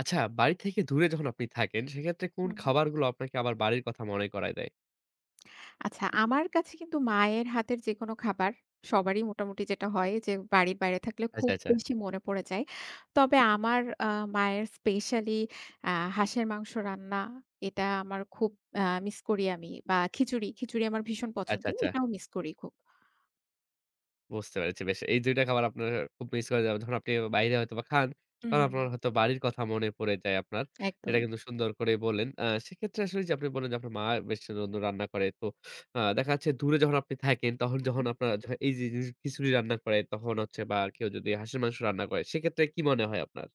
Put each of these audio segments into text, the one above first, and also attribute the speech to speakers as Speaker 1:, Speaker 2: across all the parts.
Speaker 1: আচ্ছা, বাড়ি থেকে দূরে যখন আপনি থাকেন, সেক্ষেত্রে কোন
Speaker 2: হুম,
Speaker 1: খাবারগুলো আপনাকে আবার বাড়ির কথা মনে করায় দেয়?
Speaker 2: আচ্ছা আমার কাছে কিন্তু মায়ের হাতের যেকোনো খাবার সবারই মোটামুটি যেটা হয় যে বাড়ির বাইরে থাকলে
Speaker 1: আচ্ছা,
Speaker 2: খুব
Speaker 1: আচ্ছা,
Speaker 2: বেশি মনে পড়ে যায়। তবে আমার মায়ের স্পেশালি আ হাঁসের মাংস রান্না এটা আমার খুব মিস করি আমি বা খিচুড়ি, খিচুড়ি আমার ভীষণ পছন্দ।
Speaker 1: আচ্ছা, আচ্ছা।
Speaker 2: এটাও মিস করি খুব।
Speaker 1: বুঝতে পেরেছি বেশ। এই ২ টা খাবার আপনার খুব মিস করা যাবে। যখন আপনি বাইরে হয়তোবা খান,
Speaker 2: হুম,
Speaker 1: তখন
Speaker 2: হুম।
Speaker 1: আপনার হয়তো বাড়ির কথা মনে পড়ে যায় আপনার। এটা
Speaker 2: একদমই।
Speaker 1: কিন্তু সুন্দর করে বললেন। সেক্ষেত্রে আসলে যে আপনি বললেন যে আপনার মা বেশ সুন্দর রান্না করে। তো দেখা যাচ্ছে দূরে যখন আপনি থাকেন, তখন যখন
Speaker 2: হুম।
Speaker 1: আপনার এই যে জিনিস খিচুড়ি রান্না করে তখন হচ্ছে বা কেউ যদি হাঁসের মাংস রান্না করে, সেক্ষেত্রে কি মনে হয় আপনার?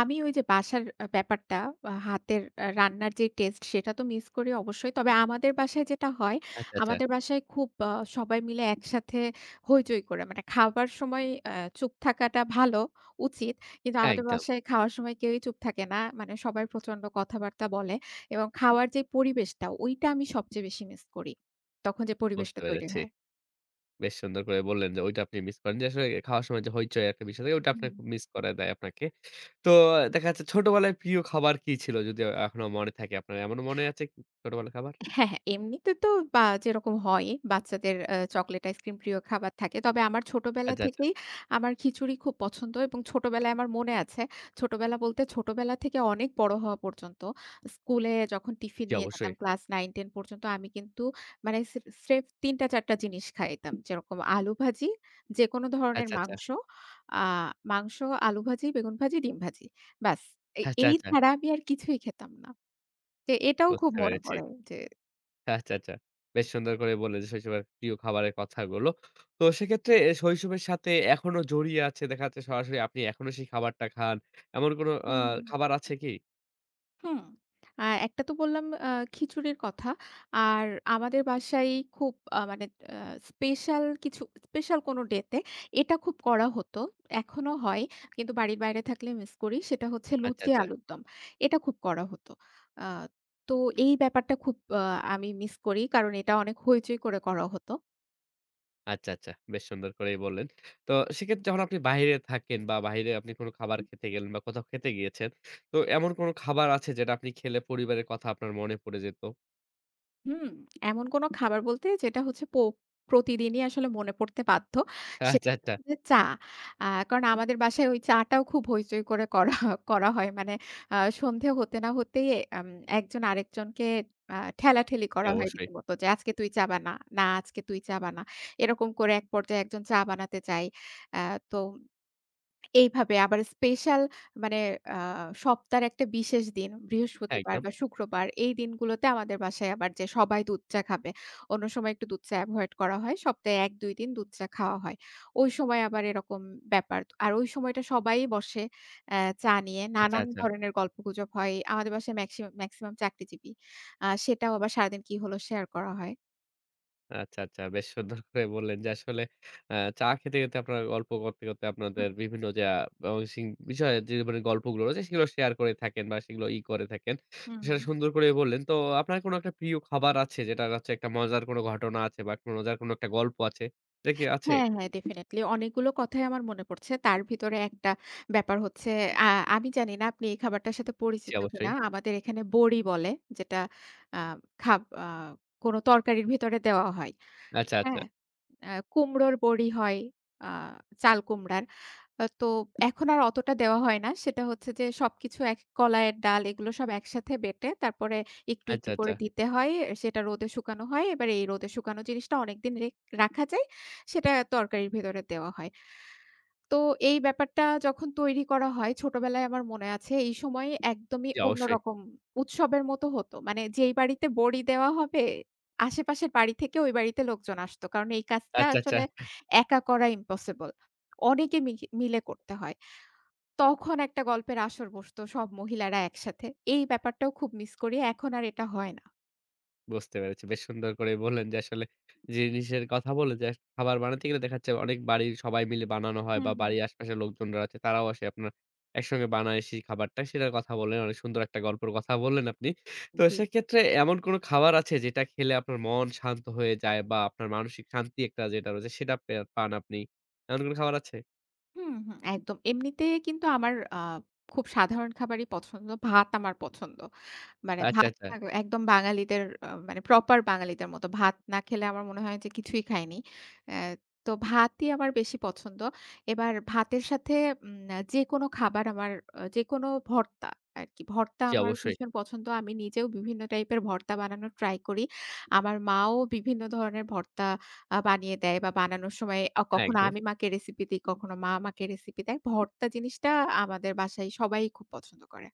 Speaker 2: আমি ওই যে বাসার ব্যাপারটা হাতের রান্নার যে টেস্ট সেটা তো মিস করি অবশ্যই। তবে আমাদের বাসায় যেটা হয়,
Speaker 1: আচ্ছা, আচ্ছা।
Speaker 2: আমাদের বাসায় খুব সবাই মিলে একসাথে হইচই করে। মানে খাবার সময় আ চুপ থাকাটা ভালো, উচিত। কিন্তু
Speaker 1: হ্যাঁ,
Speaker 2: আমাদের
Speaker 1: একদম।
Speaker 2: বাসায় খাওয়ার সময় কেউই চুপ থাকে না। মানে সবাই প্রচন্ড কথাবার্তা বলে এবং খাওয়ার যে পরিবেশটা, ওইটা আমি সবচেয়ে বেশি মিস করি। তখন যে
Speaker 1: বুঝতে
Speaker 2: পরিবেশটা তৈরি
Speaker 1: পেরেছি।
Speaker 2: হয়।
Speaker 1: বেশ সুন্দর করে বললেন যে ওইটা আপনি মিস করেন। যে আসলে খাওয়ার সময় যে হইচই একটা বিষয় থাকে ওটা আপনার
Speaker 2: হুম।
Speaker 1: খুব মিস করায় দেয় আপনাকে। তো দেখা যাচ্ছে ছোটবেলায় প্রিয় খাবার কি ছিল? যদি এখনো মনে থাকে আপনার এমন মনে আছে কি ছোটবেলার খাবার?
Speaker 2: হ্যাঁ, হ্যাঁ। এমনিতে তো বা যেরকম হয় বাচ্চাদের চকোলেট আইসক্রিম প্রিয় খাবার থাকে। তবে আমার ছোটবেলা
Speaker 1: আচ্ছা, আচ্ছা।
Speaker 2: থেকেই আমার খিচুড়ি খুব পছন্দ এবং ছোটবেলায় আমার মনে আছে। ছোটবেলা বলতে ছোটবেলা থেকে অনেক বড় হওয়া পর্যন্ত স্কুলে যখন টিফিন
Speaker 1: জি,
Speaker 2: নিয়ে
Speaker 1: অবশ্যই।
Speaker 2: যেতাম ক্লাস 9, 10 পর্যন্ত আমি কিন্তু মানে সে স্রেফ ৩ টা ৪ টা জিনিস খাইতাম। যেরকম আলু ভাজি, যেকোনো ধরনের
Speaker 1: আচ্ছা, আচ্ছা।
Speaker 2: মাংস, আ মাংস, আলু ভাজি, বেগুন ভাজি, ডিম ভাজি। ব্যাস এ
Speaker 1: আচ্ছা,
Speaker 2: এই
Speaker 1: আচ্ছা।
Speaker 2: ছাড়া আমি আর কিছুই খেতাম না। যে এটাও খুব
Speaker 1: বুঝতে
Speaker 2: মনে
Speaker 1: পেরেছি।
Speaker 2: পড়ে যে
Speaker 1: আচ্ছা, আচ্ছা। বেশ সুন্দর করে বললেন যে শৈশবের প্রিয় খাবারের কথাগুলো। তো সেক্ষেত্রে এ শৈশবের সাথে এখনো জড়িয়ে আছে দেখা যাচ্ছে সরাসরি আপনি এখনো সেই খাবারটা খান। এমন কোনো
Speaker 2: হুম,
Speaker 1: খাবার আছে কি?
Speaker 2: হুম। একটা তো বললাম খিচুড়ির কথা। আর আমাদের বাসায় খুব মানে আ স্পেশাল কিছু স্পেশাল কোনো ডে তে এটা খুব করা হতো। এখনো হয়। কিন্তু বাড়ির বাইরে থাকলে মিস করি। সেটা হচ্ছে
Speaker 1: আচ্ছা,
Speaker 2: লুচি
Speaker 1: আচ্ছা।
Speaker 2: আলুর দম। এটা খুব করা হতো। আ তো এই ব্যাপারটা খুব আমি মিস করি। কারণ এটা অনেক হইচই করে করা হতো।
Speaker 1: আচ্ছা, আচ্ছা। বেশ সুন্দর করেই বললেন। তো সেক্ষেত্রে যখন আপনি বাহিরে থাকেন বা বাহিরে আপনি কোন খাবার খেতে গেলেন বা কোথাও খেতে গিয়েছেন, তো এমন কোন খাবার আছে যেটা আপনি খেলে পরিবারের কথা আপনার মনে পড়ে যেত?
Speaker 2: হুম, এমন কোনো খাবার বলতে যেটা হচ্ছে প্রতিদিনই আসলে মনে পড়তে বাধ্য। সেটা
Speaker 1: আচ্ছা, আচ্ছা।
Speaker 2: হচ্ছে চা। কারণ আমাদের বাসায় ওই চাটাও খুব হইচই করে করা করা হয়। মানে আ সন্ধে হতে না হতেই আম একজন আরেকজনকে ঠেলাঠেলি
Speaker 1: জি,
Speaker 2: করা হয়
Speaker 1: অবশ্যই।
Speaker 2: রীতিমতো যে, "আজকে তুই চা বানা, না আজকে তুই চা বানা।" এরকম করে এক পর্যায়ে একজন চা বানাতে চায়। আ তো এইভাবে আবার স্পেশাল মানে আ সপ্তাহের একটা বিশেষ দিন
Speaker 1: হ্যাঁ,
Speaker 2: বৃহস্পতিবার
Speaker 1: একদম।
Speaker 2: বা শুক্রবার এই দিনগুলোতে আমাদের বাসায় আবার যে সবাই দুধ চা খাবে। অন্য সময় একটু দুধ চা এভয়েড করা হয়। সপ্তাহে ১-২ দিন দুধ চা খাওয়া হয়। ওই সময় আবার এরকম ব্যাপার। আর ওই সময়টা সবাই বসে চা নিয়ে
Speaker 1: আচ্ছা,
Speaker 2: নানান
Speaker 1: আচ্ছা।
Speaker 2: ধরনের গল্পগুজব হয়। আমাদের বাসায় ম্যাক্সিমাম ম্যাক্সিমাম চাকরিজীবী। সেটাও আবার সারাদিন কি হলো শেয়ার করা হয়।
Speaker 1: আচ্ছা, আচ্ছা। বেশ সুন্দর করে বললেন যে আসলে আ চা খেতে, খেতে আপনার গল্প করতে, করতে
Speaker 2: হুম,
Speaker 1: আপনাদের বিভিন্ন যে বংশিং বিষয় যে মানে গল্পগুলো রয়েছে সেগুলো শেয়ার করে থাকেন বা সেগুলো ই করে থাকেন।
Speaker 2: হুম,
Speaker 1: সেটা
Speaker 2: হুম।
Speaker 1: সুন্দর করে বললেন। তো আপনার কোনো একটা প্রিয় খাবার আছে যেটা হচ্ছে একটা মজার কোনো ঘটনা আছে বা কোনো মজার কোনো একটা গল্প আছে? এটা কি আছে?
Speaker 2: হ্যাঁ, হ্যাঁ, ডেফিনিটলি অনেকগুলো কথাই আমার মনে পড়ছে। তার ভিতরে একটা ব্যাপার হচ্ছে আ আমি জানি না আপনি এই খাবারটার সাথে
Speaker 1: জি,
Speaker 2: পরিচিত
Speaker 1: অবশ্যই।
Speaker 2: কিনা? আমাদের এখানে বড়ি বলে যেটা আ খাব আ কোনো তরকারির ভেতরে দেওয়া হয়।
Speaker 1: আচ্ছা, আচ্ছা।
Speaker 2: হ্যাঁ? কুমড়োর বড়ি হয়, আ চাল কুমড়ার। তো এখন আর অতটা দেওয়া হয় না। সেটা হচ্ছে যে সবকিছু এক কলাইয়ের ডাল এগুলো সব একসাথে বেটে তারপরে একটু,
Speaker 1: আচ্ছা,
Speaker 2: একটু
Speaker 1: আচ্ছা।
Speaker 2: করে দিতে হয়। সেটা রোদে শুকানো হয়। এবার এই রোদে শুকানো জিনিসটা অনেকদিন রাখা যায়। সেটা তরকারির ভেতরে দেওয়া হয়। তো এই ব্যাপারটা যখন তৈরি করা হয় ছোটবেলায় আমার মনে আছে এই সময় একদমই
Speaker 1: জি, অবশ্যই।
Speaker 2: অন্যরকম উৎসবের মতো হতো। মানে যেই বাড়িতে বড়ি দেওয়া হবে আশেপাশের বাড়ি থেকে ওই বাড়িতে লোকজন আসতো। কারণ এই কাজটা
Speaker 1: আচ্ছা, আচ্ছা।
Speaker 2: আসলে একা করা ইম্পসিবল। অনেকে মিহি মিলে করতে হয়। তখন একটা গল্পের আসর বসতো সব মহিলারা একসাথে। এই ব্যাপারটাও খুব মিস করি। এখন আর এটা হয় না।
Speaker 1: বুঝতে পেরেছি। বেশ সুন্দর করেই বললেন যে আসলে জিনিসের কথা বলে যে খাবার বানাতে গেলে দেখা যাচ্ছে অনেক বাড়ির সবাই মিলে বানানো হয়
Speaker 2: হুম,
Speaker 1: বা
Speaker 2: হুম।
Speaker 1: বাড়ির আশপাশের লোকজনরা আছে তারাও আসে আপনার একসঙ্গে বানায় সেই খাবারটা সেটার কথা বললেন। অনেক সুন্দর একটা গল্পের কথা বললেন আপনি। তো
Speaker 2: জি।
Speaker 1: সেক্ষেত্রে এমন কোনো খাবার আছে যেটা খেলে আপনার মন শান্ত হয়ে যায় বা আপনার মানসিক শান্তি একটা যেটা রয়েছে সেটা পান আপনি? এমন কোনো খাবার আছে?
Speaker 2: হুম, হুম। একদম। এমনিতে কিন্তু আমার খুব সাধারণ খাবারই পছন্দ। ভাত আমার পছন্দ। মানে
Speaker 1: আচ্ছা, আচ্ছা।
Speaker 2: একদম বাঙালিদের মানে প্রপার বাঙালিদের মতো ভাত না খেলে আমার মনে হয় যে কিছুই খাইনি। অ্যা তো ভাতই আমার বেশি পছন্দ। এবার ভাতের সাথে যেকোনো খাবার আমার যেকোনো ভর্তা আরকি। ভর্তা
Speaker 1: জি,
Speaker 2: আমার
Speaker 1: অবশ্যই।
Speaker 2: ভীষণ পছন্দ। আমি নিজেও বিভিন্ন টাইপের ভর্তা বানানোর ট্রাই করি। আমার মাও বিভিন্ন ধরনের ভর্তা বানিয়ে দেয় বা বানানোর সময়
Speaker 1: হ্যাঁ,
Speaker 2: কখনো
Speaker 1: একদম।
Speaker 2: আমি মাকে রেসিপি দিই, কখনো মা আমাকে রেসিপি দেয়। ভর্তা জিনিসটা আমাদের বাসায় সবাই খুব পছন্দ করে।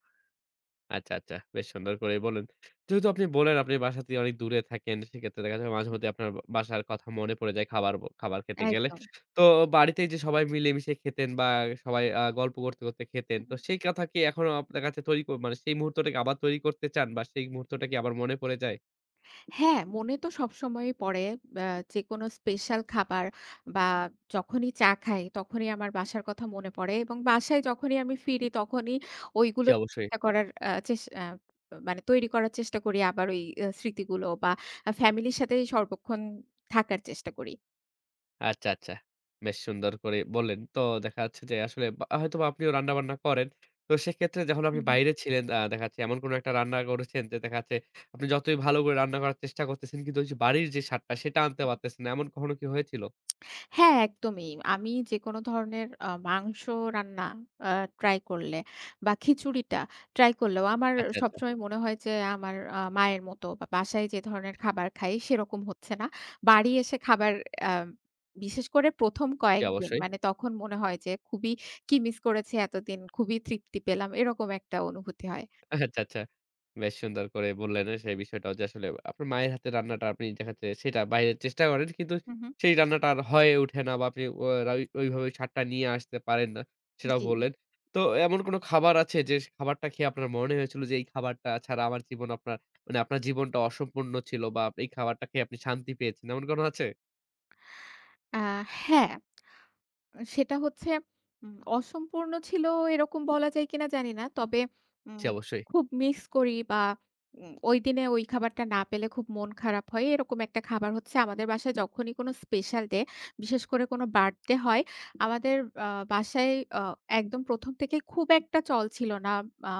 Speaker 1: আচ্ছা, আচ্ছা। বেশ সুন্দর করেই বললেন। যেহেতু আপনি বললেন আপনি বাসা থেকে অনেক দূরে থাকেন, সেক্ষেত্রে দেখা যায় মাঝেমধ্যে আপনার বা বাসার কথা মনে পড়ে যায় খাবার খাবার খেতে গেলে।
Speaker 2: একদম।
Speaker 1: তো বাড়িতে যে সবাই মিলেমিশে খেতেন বা সবাই গল্প করতে, করতে খেতেন। তো সেই কথা কি এখনো আপনার কাছে তৈরি মানে সেই মুহূর্তটাকে আবার তৈরি করতে চান বা সেই মুহূর্তটা কি আবার মনে পড়ে যায়?
Speaker 2: হ্যাঁ, মনে তো সবসময়ই পড়ে। আ যেকোনো স্পেশাল খাবার বা যখনই চা খাই, তখনই আমার বাসার কথা মনে পড়ে এবং বাসায় যখনই আমি ফিরি, তখনই
Speaker 1: জি,
Speaker 2: ওইগুলো
Speaker 1: অবশ্যই।
Speaker 2: চেষ্টা করার আ চেস আ মানে তৈরি করার চেষ্টা করি আবার ওই স্মৃতিগুলো বা ফ্যামিলির সাথে সর্বক্ষণ থাকার চেষ্টা করি।
Speaker 1: আচ্ছা, আচ্ছা। বেশ সুন্দর করে বললেন। তো দেখা যাচ্ছে যে আসলে বা হয়তোবা আপনিও রান্নাবান্না করেন। তো সেক্ষেত্রে যখন আপনি
Speaker 2: হুম।
Speaker 1: বাইরে ছিলেন দেখা যাচ্ছে এমন কোনো একটা রান্না করেছেন যে দেখা যাচ্ছে আপনি যতই ভালো করে রান্না করার চেষ্টা করতেছেন কিন্তু ওই যে বাড়ির যে স্বাদটা সেটা আনতে পারতেছেন না। এমন কখনো কি হয়েছিল?
Speaker 2: হ্যাঁ, একদমই। আমি যেকোনো ধরনের মাংস রান্না আ ট্রাই করলে বা খিচুড়িটা ট্রাই করলেও আমার
Speaker 1: আচ্ছা, আচ্ছা।
Speaker 2: সবসময় মনে হয় যে আমার মায়ের মতো বা বাসায় যে ধরনের খাবার খাই সেরকম হচ্ছে না। বাড়ি এসে খাবার আ বিশেষ করে ১ম
Speaker 1: জি,
Speaker 2: কয়েকদিন
Speaker 1: অবশ্যই।
Speaker 2: মানে তখন মনে হয় যে খুবই কি মিস করেছি এতদিন, খুবই তৃপ্তি পেলাম এরকম একটা অনুভূতি হয়।
Speaker 1: আচ্ছা, আচ্ছা। বেশ সুন্দর করে বললেন সেই বিষয়টাও যে আসলে আপনার মায়ের হাতের রান্নাটা আপনি দেখা যাচ্ছে সেটা বাইরে চেষ্টা করেন। কিন্তু
Speaker 2: হু, হু।
Speaker 1: সেই রান্নাটা আর হয়ে ওঠে না বা আপনি ও রাই ওইভাবে স্বাদটা নিয়ে আসতে পারেন না, সেটাও
Speaker 2: জি।
Speaker 1: বললেন। তো এমন কোনো খাবার আছে যে খাবারটা খেয়ে আপনার মনে হয়েছিল যে এই খাবারটা ছাড়া আমার জীবন আপনার মানে আপনার জীবনটা অসম্পূর্ণ ছিল বা এই খাবারটা খেয়ে আপনি শান্তি পেয়েছেন। এমন কোনো আছে?
Speaker 2: আ হ্যাঁ। সেটা হচ্ছে অসম্পূর্ণ ছিল এরকম বলা যায় কিনা জানি না। তবে
Speaker 1: জি,
Speaker 2: উম
Speaker 1: অবশ্যই,
Speaker 2: খুব মিস করি বা ওইদিনে ওই খাবারটা না পেলে খুব মন খারাপ হয়। এরকম একটা খাবার হচ্ছে আমাদের বাসায় যখনই কোনো স্পেশাল ডে, বিশেষ করে কোনো বার্থডে হয়, আমাদের বাসায় আ একদম প্রথম থেকেই খুব একটা চল ছিল না। আ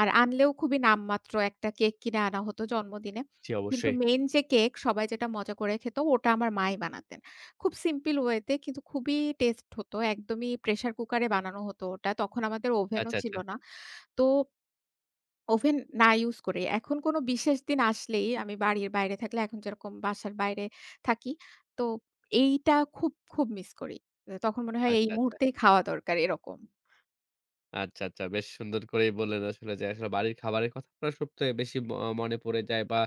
Speaker 2: আর আনলেও খুবই নামমাত্র একটা কেক কিনে আনা হতো জন্মদিনে।
Speaker 1: জি,
Speaker 2: কিন্তু
Speaker 1: অবশ্যই।
Speaker 2: মেইন যে কেক সবাই যেটা মজা করে খেত, ওটা আমার মাই বানাতেন। খুব সিম্পল ওয়েতে কিন্তু খুবই টেস্ট হতো। একদমই প্রেশার কুকারে বানানো হতো ওটা। তখন আমাদের ওভেনও
Speaker 1: আচ্ছা,
Speaker 2: ছিল
Speaker 1: আচ্ছা।
Speaker 2: না। তো ওভেন না ইউজ করে এখন কোনো বিশেষ দিন আসলেই আমি বাড়ির বাইরে থাকলে এখন যেরকম বাসার বাইরে থাকি, তো এইটা খুব মিস করি। তখন মনে হয় এই
Speaker 1: আচ্ছা, আচ্ছা।
Speaker 2: মুহূর্তেই খাওয়া দরকার এরকম।
Speaker 1: আচ্ছা, আচ্ছা। বেশ সুন্দর করেই বললেন আসলে যে আসলে বাড়ির খাবারের কথা আপনার সবথেকে বেশি মনে পড়ে যায় বা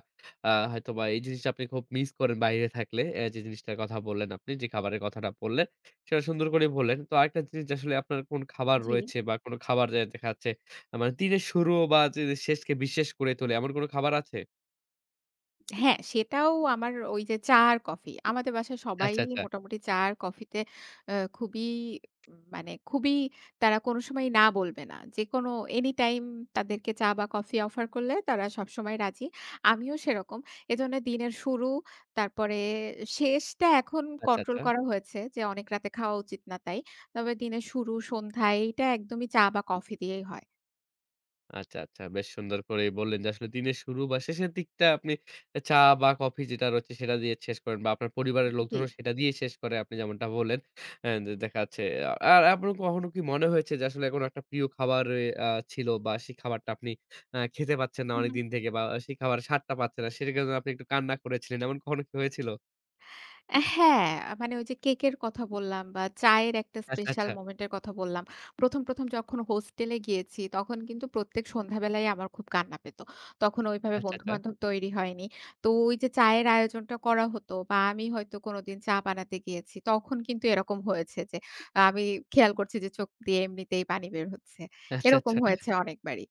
Speaker 1: হয়তোবা এই জিনিসটা আপনি খুব মিস করেন বাইরে থাকলে। যে জিনিসটার কথা বললেন আপনি, যে খাবারের কথাটা বললেন, সেটা সুন্দর করেই বললেন। তো আরেকটা জিনিস যে আসলে আপনার কোন খাবার
Speaker 2: জি।
Speaker 1: রয়েছে বা কোন খাবার যে দেখা যাচ্ছে মানে দিনের শুরু বা যে শেষকে বিশেষ করে তোলে এমন কোন খাবার আছে?
Speaker 2: হ্যাঁ, সেটাও আমার ওই যে চা আর কফি। আমাদের বাসায় সবাই
Speaker 1: আচ্ছা, আচ্ছা।
Speaker 2: মোটামুটি চা আর কফিতে আ খুবই মানে খুবই তারা কোনো সময় না বলবে না। যেকোনো anytime তাদেরকে চা বা কফি অফার করলে তারা সবসময় রাজি। আমিও সেরকম। এজন্য দিনের শুরু তারপরে শেষটা এখন
Speaker 1: আচ্ছা,
Speaker 2: কন্ট্রোল
Speaker 1: আচ্ছা।
Speaker 2: করা হয়েছে যে অনেক রাতে খাওয়া উচিত না তাই। তবে দিনের শুরু, সন্ধ্যা এইটা একদমই চা বা কফি দিয়েই হয়।
Speaker 1: আচ্ছা, আচ্ছা। বেশ সুন্দর করেই বললেন যে আসলে দিনের শুরু বা শেষের দিকটা আপনি এ চা বা কফি যেটা রয়েছে সেটা দিয়ে শেষ করেন বা আপনার পরিবারের
Speaker 2: জি।
Speaker 1: লোকজনও সেটা দিয়েই শেষ করে আপনি যেমনটা বললেন। যে দেখা যাচ্ছে আর আপনার কখনো কি মনে হয়েছে যে আসলে কোনো একটা প্রিয় খাবার এ আ ছিল বা সেই খাবারটা আপনি খেতে পাচ্ছেন না
Speaker 2: হুম, হুম।
Speaker 1: অনেকদিন থেকে বা সেই খাবারের স্বাদটা পাচ্ছেন না সেটার জন্য আপনি একটু কান্না করেছিলেন। এমন কখনো কি হয়েছিল?
Speaker 2: হ্যাঁ, মানে ওই যে কেকের কথা বললাম বা চায়ের একটা
Speaker 1: আচ্ছা,
Speaker 2: স্পেশাল
Speaker 1: আচ্ছা।
Speaker 2: মোমেন্ট এর কথা বললাম। ১ম যখন হোস্টেলে গিয়েছি তখন কিন্তু প্রত্যেক সন্ধ্যাবেলায় আমার খুব কান্না পেত। তখন ওইভাবে
Speaker 1: আচ্ছা, আচ্ছা।
Speaker 2: বন্ধু-বান্ধব তৈরি হয়নি। তো ওই যে চায়ের আয়োজনটা করা হতো বা আমি হয়তো কোনোদিন চা বানাতে গিয়েছি। তখন কিন্তু এরকম হয়েছে যে আমি খেয়াল করছি যে চোখ দিয়ে এমনিতেই পানি বের হচ্ছে।
Speaker 1: আচ্ছা,
Speaker 2: এরকম
Speaker 1: আচ্ছা।
Speaker 2: হয়েছে অনেকবারই।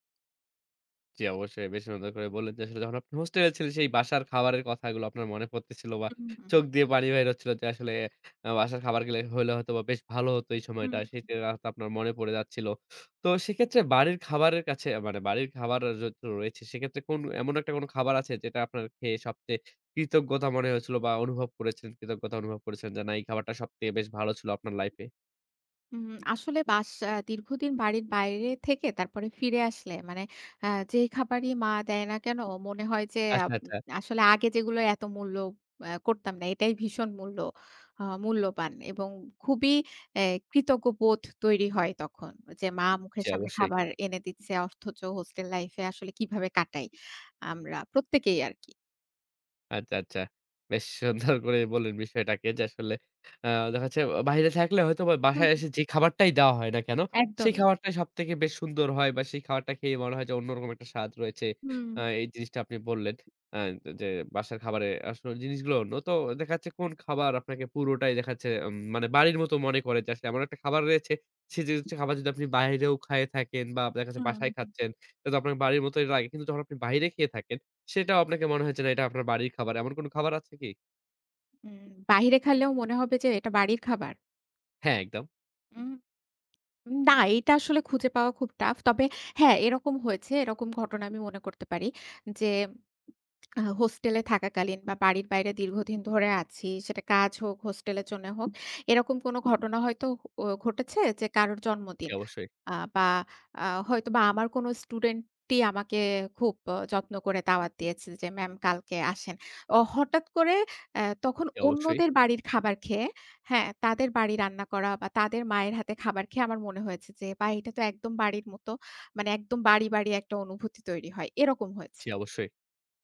Speaker 1: জি, অবশ্যই। বেশ সুন্দর করে বললেন যে আসলে যখন আপনি হোস্টেলে ছিলেন সেই বাসার খাবারের কথাগুলো আপনার মনে পড়তেছিল বা
Speaker 2: হুম, হুম,
Speaker 1: চোখ দিয়ে পানি বাইর হচ্ছিল যে আসলে বাসার খাবার গেলে হইলে হয়তোবা বেশ ভালো হতো এই সময়টা।
Speaker 2: হুম।
Speaker 1: সেটা হয়তো আপনার মনে পড়ে যাচ্ছিল। তো সেক্ষেত্রে বাড়ির খাবারের কাছে মানে বাড়ির খাবার তো রয়েছে সেক্ষেত্রে কোন এমন একটা কোন খাবার আছে যেটা আপনার খেয়ে সবচেয়ে কৃতজ্ঞতা মনে হয়েছিল বা অনুভব করেছেন কৃতজ্ঞতা অনুভব করেছেন যে না এই খাবারটা সবথেকে বেশ ভালো ছিল আপনার লাইফ এ?
Speaker 2: আসলে বাস আ দীর্ঘদিন বাড়ির বাইরে থেকে তারপরে ফিরে আসলে মানে আ যেই খাবারই মা দেয় না কেন মনে হয় যে
Speaker 1: আচ্ছা, আচ্ছা।
Speaker 2: আসলে আগে যেগুলোর এত মূল্য করতাম না। এটাই ভীষণ মূল্যবান এবং খুবই অ্যা কৃতজ্ঞ বোধ তৈরি হয় তখন। যে মা
Speaker 1: জি,
Speaker 2: মুখের সামনে
Speaker 1: অবশ্যই।
Speaker 2: খাবার এনে দিচ্ছে অথচ হোস্টেল লাইফ এ আসলে কিভাবে কাটাই আমরা প্রত্যেকেই আরকি।
Speaker 1: আচ্ছা, আচ্ছা। বেশ সুন্দর করে বললেন বিষয়টাকে যে আসলে আ দেখা যাচ্ছে বাহিরে থাকলে হয়তোবা
Speaker 2: হুম,
Speaker 1: বাসায়
Speaker 2: হুম।
Speaker 1: এসে যে খাবারটাই দেওয়া হয় না কেন, সেই
Speaker 2: একদমই।
Speaker 1: খাবারটাই সবথেকে বেশ সুন্দর হয় বা সেই খাবারটা খেয়ে মনে হয় যে অন্যরকম একটা স্বাদ রয়েছে।
Speaker 2: হুম।
Speaker 1: এই জিনিসটা আপনি বললেন। আ যে বাসার খাবারে আসলে জিনিসগুলো অন্য। তো দেখা যাচ্ছে কোন খাবার আপনাকে পুরোটাই দেখা যাচ্ছে মানে বাড়ির মতো মনে করে যে আসলে এমন একটা খাবার রয়েছে, সেই জিনিসটা খাবার যদি আপনি বাইরেও খায়ে থাকেন বা দেখা যাচ্ছে
Speaker 2: হুম,
Speaker 1: বাসায়
Speaker 2: হুম।
Speaker 1: খাচ্ছেন, এটা তো আপনার বাড়ির মতোই লাগে। কিন্তু যখন আপনি বাইরে খেয়ে থাকেন সেটাও আপনাকে মনে হয়েছে না এটা আপনার বাড়ির খাবার। এমন কোন খাবার আছে কি?
Speaker 2: উম বাহিরে খেলেও মনে হবে যে এটা বাড়ির খাবার।
Speaker 1: হ্যাঁ, একদম।
Speaker 2: উম না, এটা আসলে খুঁজে পাওয়া খুব টাফ। তবে হ্যাঁ, এরকম হয়েছে। এরকম ঘটনা আমি মনে করতে পারি যে হোস্টেলে থাকাকালীন বা বাড়ির বাইরে দীর্ঘদিন ধরে আছি, সেটা কাজ হোক, হোস্টেলের জন্য হোক, এরকম কোনো ঘটনা হয়তো ঘটেছে যে কারোর
Speaker 1: জি
Speaker 2: জন্মদিন।
Speaker 1: অবশ্যই,
Speaker 2: আ বা আ হয়তোবা আমার কোনো স্টুডেন্টই আমাকে খুব যত্ন করে দাওয়াত দিয়েছে যে, "ম্যাম কালকে আসেন।" হঠাৎ করে তখন
Speaker 1: জি অবশ্যই,
Speaker 2: অন্যদের বাড়ির খাবার খেয়ে হ্যাঁ, তাদের বাড়ি রান্না করা বা তাদের মায়ের হাতে খাবার খেয়ে আমার মনে হয়েছে যে, "বাহ! এটা তো একদম বাড়ির মতো।" মানে একদম বাড়ি একটা অনুভূতি তৈরি হয়। এরকম হয়েছে।
Speaker 1: জি অবশ্যই।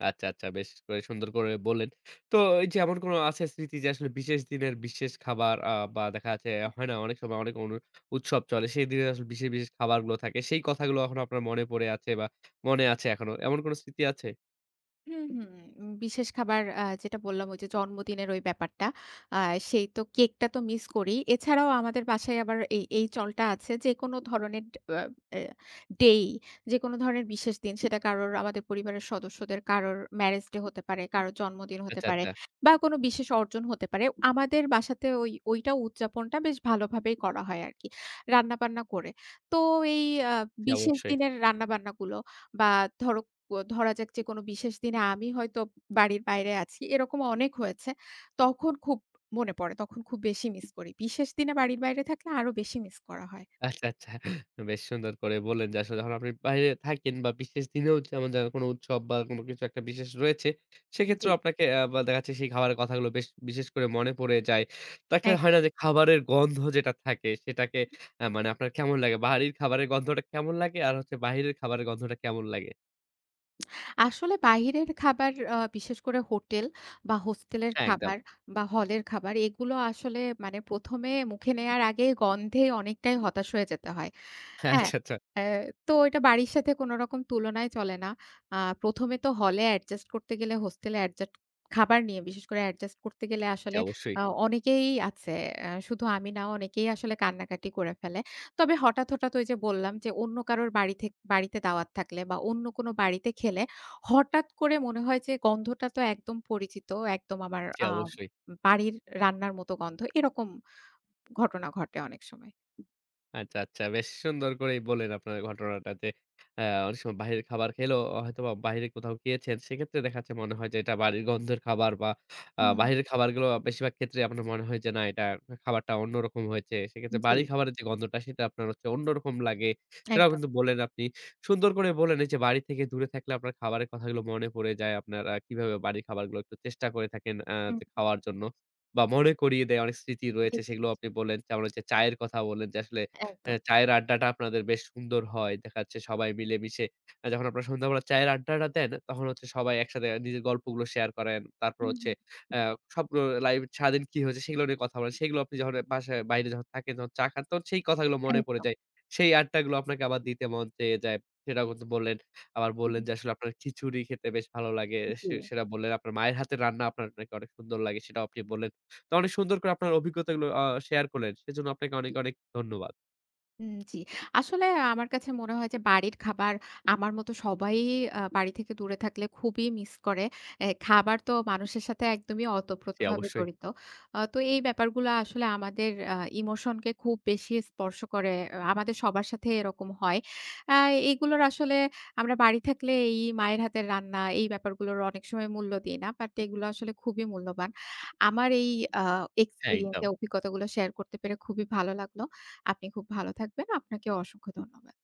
Speaker 1: আচ্ছা, আচ্ছা বেশ করে সুন্দর করে বললেন। তো এই যে এমন কোন আছে স্মৃতি যে আসলে বিশেষ দিনের বিশেষ খাবার বা দেখা যাচ্ছে হয় না অনেক সময় অনেক উৎসব চলে। সেই দিনে আসলে বিশেষ, বিশেষ খাবারগুলো থাকে। সেই কথাগুলো এখনো আপনার মনে পড়ে আছে বা মনে আছে এখনো। এমন কোন স্মৃতি আছে?
Speaker 2: হুম, হুম। বিশেষ খাবার যেটা বললাম ওই যে জন্মদিনের ওই ব্যাপারটা। আ সেই তো কেকটা তো মিস করি। এছাড়াও আমাদের বাসায় আবার এই চলটা আছে যেকোনো ধরনের আ এ ডেই, যেকোনো ধরনের বিশেষ দিন সেটা কারোর আমাদের পরিবারের সদস্যদের কারোর ম্যারেজ ডে হতে পারে, কারোর জন্মদিন হতে
Speaker 1: আচ্ছা,
Speaker 2: পারে
Speaker 1: আচ্ছা।
Speaker 2: বা কোনো বিশেষ অর্জন হতে পারে। আমাদের বাসাতে ওইটা উদযাপনটা বেশ ভালোভাবেই করা হয় আরকি। রান্নাবান্না করে। তো এই আ
Speaker 1: জি
Speaker 2: বিশেষ
Speaker 1: অবশ্যই।
Speaker 2: দিনের রান্নাবান্নাগুলো বা ধরো ও ধরা যাক যে কোনো বিশেষ দিনে আমি হয়তো বাড়ির বাইরে আছি, এরকম অনেক হয়েছে। তখন খুব মনে পড়ে। তখন খুব বেশি মিস করি। বিশেষ দিনে বাড়ির বাইরে থাকলে আরো বেশি মিস করা হয়।
Speaker 1: আচ্ছা, আচ্ছা। বেশ সুন্দর করে বললেন যে আসলে যখন আপনি বাইরে থাকেন বা বিশেষ দিনেও যেমন যার কোনো উৎসব বা কোনো কিছু একটা বিশেষ রয়েছে,
Speaker 2: জি।
Speaker 1: সেক্ষেত্রেও আপনাকে বা দেখা যাচ্ছে সেই খাবারের কথাগুলো বেশ বিশেষ করে মনে পড়ে যায়। তো একটা হয় না
Speaker 2: একদম।
Speaker 1: যে খাবারের গন্ধ যেটা থাকে সেটাকে মানে আপনার কেমন লাগে? বাড়ির খাবারের গন্ধটা কেমন লাগে? আর হচ্ছে বাহিরের খাবারের গন্ধটা কেমন লাগে?
Speaker 2: আসলে বাহিরের খাবার বিশেষ করে হোটেল বা হোস্টেলের
Speaker 1: হ্যাঁ, একদম।
Speaker 2: খাবার বা হলের খাবার এগুলো আসলে মানে প্রথম এ মুখে নেয়ার আগে গন্ধে অনেকটাই হতাশ হয়ে যেতে হয়।
Speaker 1: হ্যাঁ,
Speaker 2: হ্যাঁ,
Speaker 1: আচ্ছা, আচ্ছা।
Speaker 2: অ্যা তো এটা বাড়ির সাথে কোনো রকম তুলনায় চলে না। আ প্রথমে তো হলে অ্যাডজাস্ট করতে গেলে হোস্টেলে অ্যাডজাস্ট খাবার নিয়ে বিশেষ করে অ্যাডজাস্ট করতে গেলে
Speaker 1: জি,
Speaker 2: আসলে
Speaker 1: অবশ্যই,
Speaker 2: অনেকেই আছে, শুধু আমি না অনেকেই আসলে কান্নাকাটি করে ফেলে। তবে হঠাৎ ওই যে বললাম যে অন্য কারোর বাড়িতে দাওয়াত থাকলে বা অন্য কোনো বাড়িতে খেলে হঠাৎ করে মনে হয় যে গন্ধটা তো একদম পরিচিত, একদম আমার
Speaker 1: জি, অবশ্যই।
Speaker 2: বাড়ির রান্নার মতো গন্ধ। এরকম ঘটনা ঘটে অনেক সময়।
Speaker 1: আচ্ছা, আচ্ছা। বেশ সুন্দর করেই বললেন আপনার ঘটনাটা যে, অনেক সময় বাহিরের খাবার খেলেও হয়তোবা বাইরে কোথাও গিয়েছেন। সেক্ষেত্রে দেখা যাচ্ছে মনে হয় যে এটা বাড়ির গন্ধের খাবার বা
Speaker 2: হুম,
Speaker 1: বাহিরের খাবারগুলো বেশিরভাগ ক্ষেত্রে আপনার মনে হয় যে না এটা খাবারটা অন্যরকম হয়েছে। সেক্ষেত্রে
Speaker 2: জি।
Speaker 1: বাড়ির খাবারের যে গন্ধটা সেটা আপনার হচ্ছে অন্যরকম লাগে। সেটাও
Speaker 2: একদম।
Speaker 1: কিন্তু বললেন আপনি। সুন্দর করে বললেন এই যে বাড়ি থেকে দূরে থাকলে আপনার খাবারের কথাগুলো মনে পড়ে যায়। আপনারা কিভাবে বাড়ির খাবারগুলো একটু চেষ্টা করে থাকেন
Speaker 2: হুম।
Speaker 1: যে খাওয়ার জন্য বা মনে করিয়ে দেয় অনেক স্মৃতি
Speaker 2: জি,
Speaker 1: রয়েছে
Speaker 2: জি,
Speaker 1: সেগুলো
Speaker 2: জি।
Speaker 1: আপনি বললেন। যেমন হচ্ছে চায়ের কথা বললেন যে আসলে
Speaker 2: একদম।
Speaker 1: চায়ের আড্ডাটা আপনাদের বেশ সুন্দর হয়। দেখা যাচ্ছে সবাই মিলেমিশে যখন আপনারা সন্ধ্যাবেলা চায়ের আড্ডাটা দেন, তখন হচ্ছে সবাই একসাথে নিজের গল্পগুলো শেয়ার করেন। তারপর
Speaker 2: হুম,
Speaker 1: হচ্ছে
Speaker 2: হুম।
Speaker 1: অ্যা সব লাইফ সারাদিন কি হয়েছে সেগুলো নিয়ে কথা বলেন। সেগুলো আপনি যখন বাসায় বাইরে যখন থাকেন, যখন চা খান তখন সেই কথাগুলো মনে পড়ে
Speaker 2: একদম।
Speaker 1: যায়। সেই আড্ডাগুলো আপনাকে আবার দিতে মন চেয়ে যায়। সেটাও কিন্তু বললেন। আবার
Speaker 2: হুম,
Speaker 1: বললেন
Speaker 2: হুম।
Speaker 1: যে আসলে আপনার খিচুড়ি খেতে বেশ ভালো লাগে।
Speaker 2: জি।
Speaker 1: সেটা বললেন। আপনার মায়ের হাতের রান্না আপনার নাকি অনেক সুন্দর লাগে সেটাও আপনি বললেন। তো অনেক সুন্দর করে আপনার অভিজ্ঞতাগুলো শেয়ার করলেন। সেজন্য আপনাকে অনেক, অনেক ধন্যবাদ।
Speaker 2: জি। আসলে আমার কাছে মনে হয় যে বাড়ির খাবার আমার মতো সবাই বাড়ি থেকে দূরে থাকলে খুবই মিস করে। এ খাবার তো মানুষের সাথে একদমই
Speaker 1: জি,
Speaker 2: অতপ্রতভাবে
Speaker 1: অবশ্যই।
Speaker 2: জড়িত। তো এই ব্যাপারগুলো আসলে আমাদের ইমোশনকে খুব বেশি স্পর্শ করে। আমাদের সবার সাথে এরকম হয়। আ এগুলোর আসলে আমরা বাড়ি থাকলে এই মায়ের হাতের রান্না এই ব্যাপারগুলোর অনেক সময় মূল্য দিই না। বাট এগুলো আসলে খুবই মূল্যবান। আমার এই আ
Speaker 1: হ্যাঁ,
Speaker 2: এক্সপেরিয়েন্স
Speaker 1: একদম।
Speaker 2: এ অভিজ্ঞতাগুলো শেয়ার করতে পেরে খুবই ভালো লাগলো। আপনি খুব ভালো থাকবেন। আপনাকে অসংখ্য ধন্যবাদ।